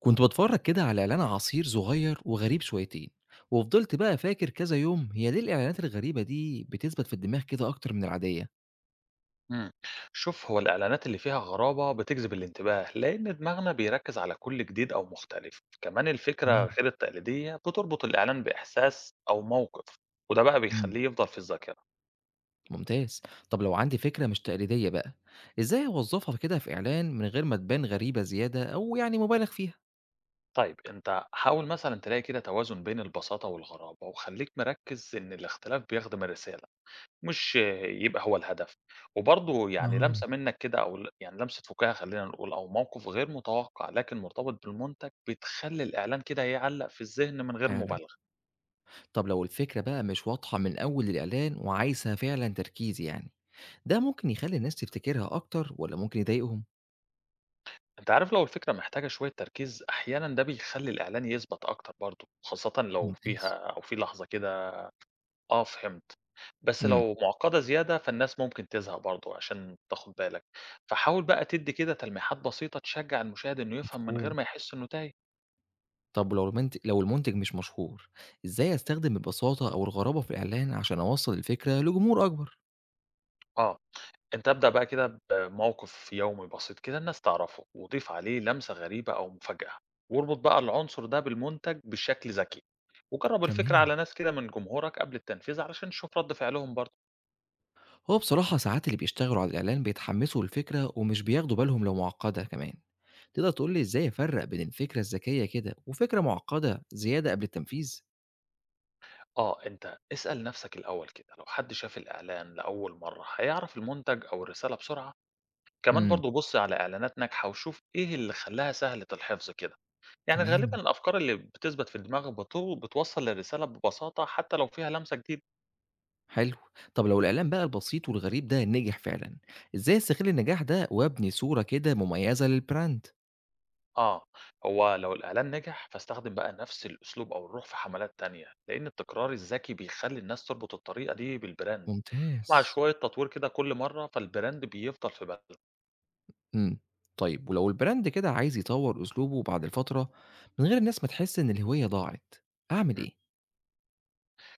كنت باتفرج كده على إعلان عصير صغير وغريب شويتين، وفضلت بقى فاكر كذا يوم هي ليه الإعلانات الغريبة دي بتثبت في الدماغ كده أكتر من العادية؟ مم. شوف هو الإعلانات اللي فيها غرابة بتجذب الانتباه لأن دماغنا بيركز على كل جديد أو مختلف، كمان الفكرة تمام. غير التقليدية بتربط الإعلان بإحساس أو موقف وده بقى مم. بيخليه يفضل في الذاكرة. ممتاز. طب لو عندي فكرة مش تقليدية بقى، إزاي أوظفها كده في إعلان من غير ما تبان غريبة زيادة أو يعني مبالغ فيها؟ طيب أنت حاول مثلا تلاقي كده توازن بين البساطة والغرابة وخليك مركز إن الاختلاف بيخدم الرسالة، مش يبقى هو الهدف، وبرضه يعني لمسة اه، منك كده أو يعني لمسة فكاهة خلينا نقول أو موقف غير متوقع لكن مرتبط بالمنتج بتخلي الإعلان كده يعلق في الذهن من غير فعلا. مبالغة. طب لو الفكرة بقى مش واضحة من أول الإعلان وعايزها فعلا تركيز يعني، ده ممكن يخلي الناس تفتكرها أكتر ولا ممكن يضايقهم؟ أنت عارف لو الفكرة محتاجة شوية تركيز أحيانًا ده بيخلّي الإعلان يثبت أكتر برضه، خاصةً لو فيها ممتاز. أو في لحظة كده. آه، فهمت، بس امم. لو معقدة زيادة فالناس ممكن تزهق برضه عشان تاخد بالك، فحاول بقى تدّي كده تلميحات بسيطة تشجّع المشاهد إنه يفهم من غير مفهوم. ما يحس إنه تايه. طب ولو المنتج مش مشهور، إزاي أستخدم البساطة أو الغرابة في الإعلان عشان أوصّل الفكرة لجمهور أكبر؟ آه، أنت ابدأ بقى كده بموقف يومي بسيط كده الناس تعرفه، وضيف عليه لمسة غريبة أو مفاجأة، واربط بقى العنصر ده بالمنتج بشكل ذكي، وجرّب الفكرة تمام. على ناس كده من جمهورك قبل التنفيذ علشان تشوف رد فعلهم برضه. هو بصراحة ساعات اللي بيشتغلوا على الإعلان بيتحمسوا للفكرة ومش بياخدوا بالهم لو معقدة كمان، تقدر تقول لي إزاي أفرّق بين الفكرة الذكية كده وفكرة معقدة زيادة قبل التنفيذ؟ آه، أنت اسأل نفسك الأول كده لو حد شاف الإعلان لأول مرة هيعرف المنتج أو الرسالة بسرعة. كمان إمم. برضو بص على إعلانات ناجحة وشوف إيه اللي خلاها سهلة الحفظ كده. يعني غالبا تمام. الأفكار اللي بتثبت في الدماغ بتوصل للرسالة ببساطة حتى لو فيها لمسة جديدة. حلو. طب لو الإعلان بقى البسيط والغريب ده نجح فعلًا، إزاي أستغل النجاح ده وأبني صورة كده مميزة للبراند؟ آه، هو لو الإعلان نجح فاستخدم بقى نفس الأسلوب أو الروح في حملات تانية لأن التكرار الذكي بيخلي الناس تربط الطريقة دي بالبراند، مع ممتاز. شوية تطوير كده كل مرة فالبراند بيفضل في بالهم. إمم. طيب ولو الbrand كده عايز يطوّر أسلوبه بعد فترة من غير الناس ما تحس إن الهوية ضاعت، أعمل إيه؟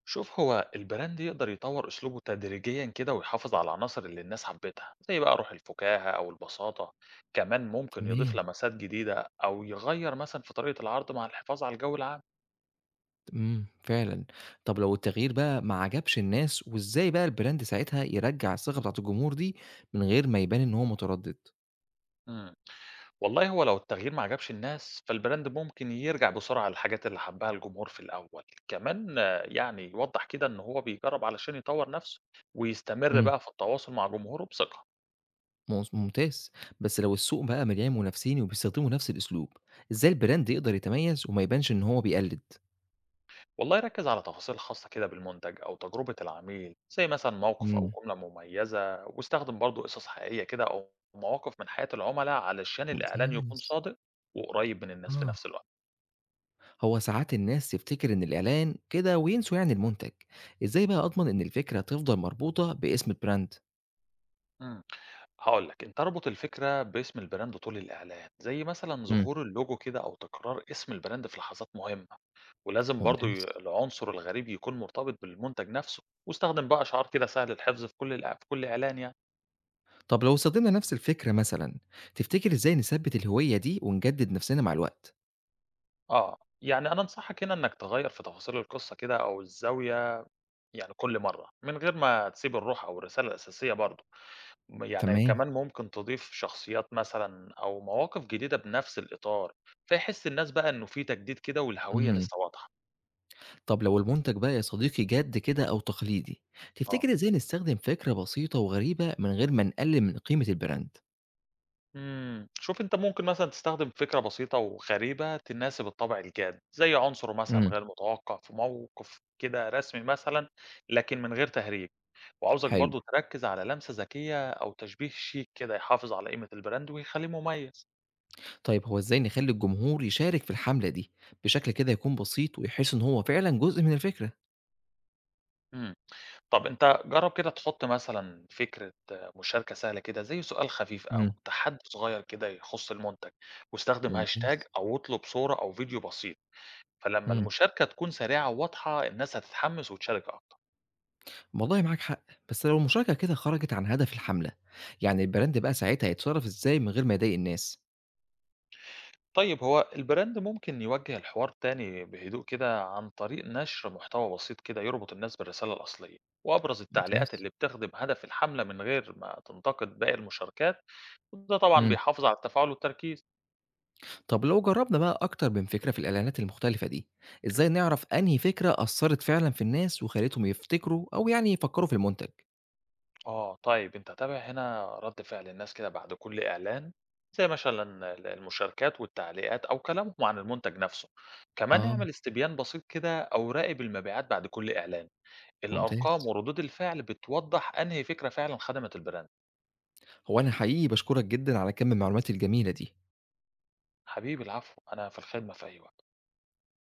شوف هو البراند يقدر يطور أسلوبه تدريجيا كده ويحافظ على العناصر اللي الناس حبتها زي بقى روح الفكاهة أو البساطة، كمان ممكن يضيف تمام. لمسات جديدة أو يغير مثلا في طريقة العرض مع الحفاظ على الجو العام. إمم، فعلًا. طب لو التغيير بقى ما عجبش الناس وإزاي بقى الbrand ساعتها يرجّع الثقة بتاعة الجمهور دي من غير ما يبان إن هو متردد؟ مم. والله هو لو التغيير ما عجبش الناس فالبراند ممكن يرجع بسرعة للحاجات اللي حبها الجمهور في الأول، كمان آه، يعني يوضح كده إن هو بيجرب علشان يطور نفسه ويستمر إمم. بقى في التواصل مع جمهوره بثقة. ممتاز. بس لو السوق بقى مليان منافسين وبيستخدموا نفس الأسلوب، إزاي الbrand يقدر يتميز وما يبانش إن هو بيقلد؟ والله ركز على تفاصيل خاصة كده بالمنتج أو تجربة العميل زي مثلا موقف أو إمم. جملة مميزة واستخدم برضو قصص حقيقية كده أو مواقف من حياة العملاء علشان ممتاز. الإعلان يكون ممتاز. صادق وقريب من الناس في آه. نفس الوقت. هو ساعات الناس تفتكر إن الإعلان كده وينسوا يعني المنتج، إزاي بقى أضمن إن الفكرة تفضل مربوطة باسم البراند؟ امم هقول لك أنت اربط الفكرة باسم البراند طول الإعلان زي مثلا امم. ظهور اللوجو كده أو تكرار اسم البراند في لحظات مهمة. ولازم برضو ممتاز. العنصر الغريب يكون مرتبط بالمنتج نفسه. واستخدم بقى شعار كده سهل الحفظ في في كل إعلان يعني. طب لو استخدمنا نفس الفكرة مثلا، تفتكر إزاي نثبت الهوية دي ونجدد نفسنا مع الوقت؟ آه، يعني أنا أنصحك هنا إنك تغيّر في تفاصيل القصة كده أو الزاوية يعني كل مرّة، من غير ما تسيب الروح أو الرسالة الأساسية برضه، م إمم. يعني تمام. كمان ممكن تضيف شخصيات مثلًا أو مواقف جديدة بنفس الإطار، فيحس الناس بقى إنه في تجديد كده والهوية امم. لسه واضحة. طب لو المنتج بقى يا صديقي جد كده أو تقليدي، آه، تفتكر إزاي نستخدم فكرة بسيطة وغريبة من غير ما نقلل من قيمة البراند؟ شوف أنت ممكن مثلًا تستخدم فكرة بسيطة وغريبة تناسب الطبع الجاد، زي عنصر مثلًا امم. غير متوقع في موقف كده رسمي مثلًا، لكن من غير تهريج. وعاوزك حلو. برضه تركّز على لمسة ذكية أو تشبيه شيك كده يحافظ على قيمة البراند ويخلّيه مميز. طيب هو إزاي نخلي الجمهور يشارك في الحملة دي بشكل كده يكون بسيط ويحس إن هو فعلا جزء من الفكرة؟ إمم. طب أنت جرّب كده تحُط مثلًا فكرة مشاركة سهلة كده زي سؤال خفيف إمم. أو تحدّي صغير كده يخُص المنتج، واستخدم hashtag ممتاز. أو اطلب صورة أو فيديو بسيط، فلمّا إمم. المشاركة تكون سريعة وواضحة الناس هتتحمّس وتشارك أكتر. والله معاك حق. بس لو المشاركة كده خرجت عن هدف الحملة، يعني البراند بقى ساعتها يتصرف إزاي من غير ما يضايق الناس؟ طيب هو البراند ممكن يوجه الحوار تاني بهدوء كده عن طريق نشر محتوى بسيط كده يربط الناس بالرسالة الأصلية، وأبرز التعليقات ممتاز. اللي بتخدم هدف الحملة من غير ما تنتقد باقي المشاركات، وده طبعا إمم. بيحافظ على التفاعل والتركيز. طب لو جربنا بقى أكتر من فكرة في الإعلانات المختلفة دي، إزاي نعرف أنهي فكرة أثّرت فعلًا في الناس وخلّتهم يفتكروا أو يعني يفكّروا في المنتج؟ آه، طيب أنت تابع هنا رد فعل الناس كده بعد كل إعلان زي مثلا المشاركات والتعليقات أو كلامهم عن المنتج نفسه، كمان آه. اعمل استبيان بسيط كده أو راقب المبيعات بعد كل إعلان. الأرقام ممتاز. وردود الفعل بتوضح أنهي فكرة فعلا خدمت البراند. هو أنا حقيقي باشكرك جدًا على كم المعلومات الجميلة دي. حبيبي العفو، أنا في الخدمة في أي وقت.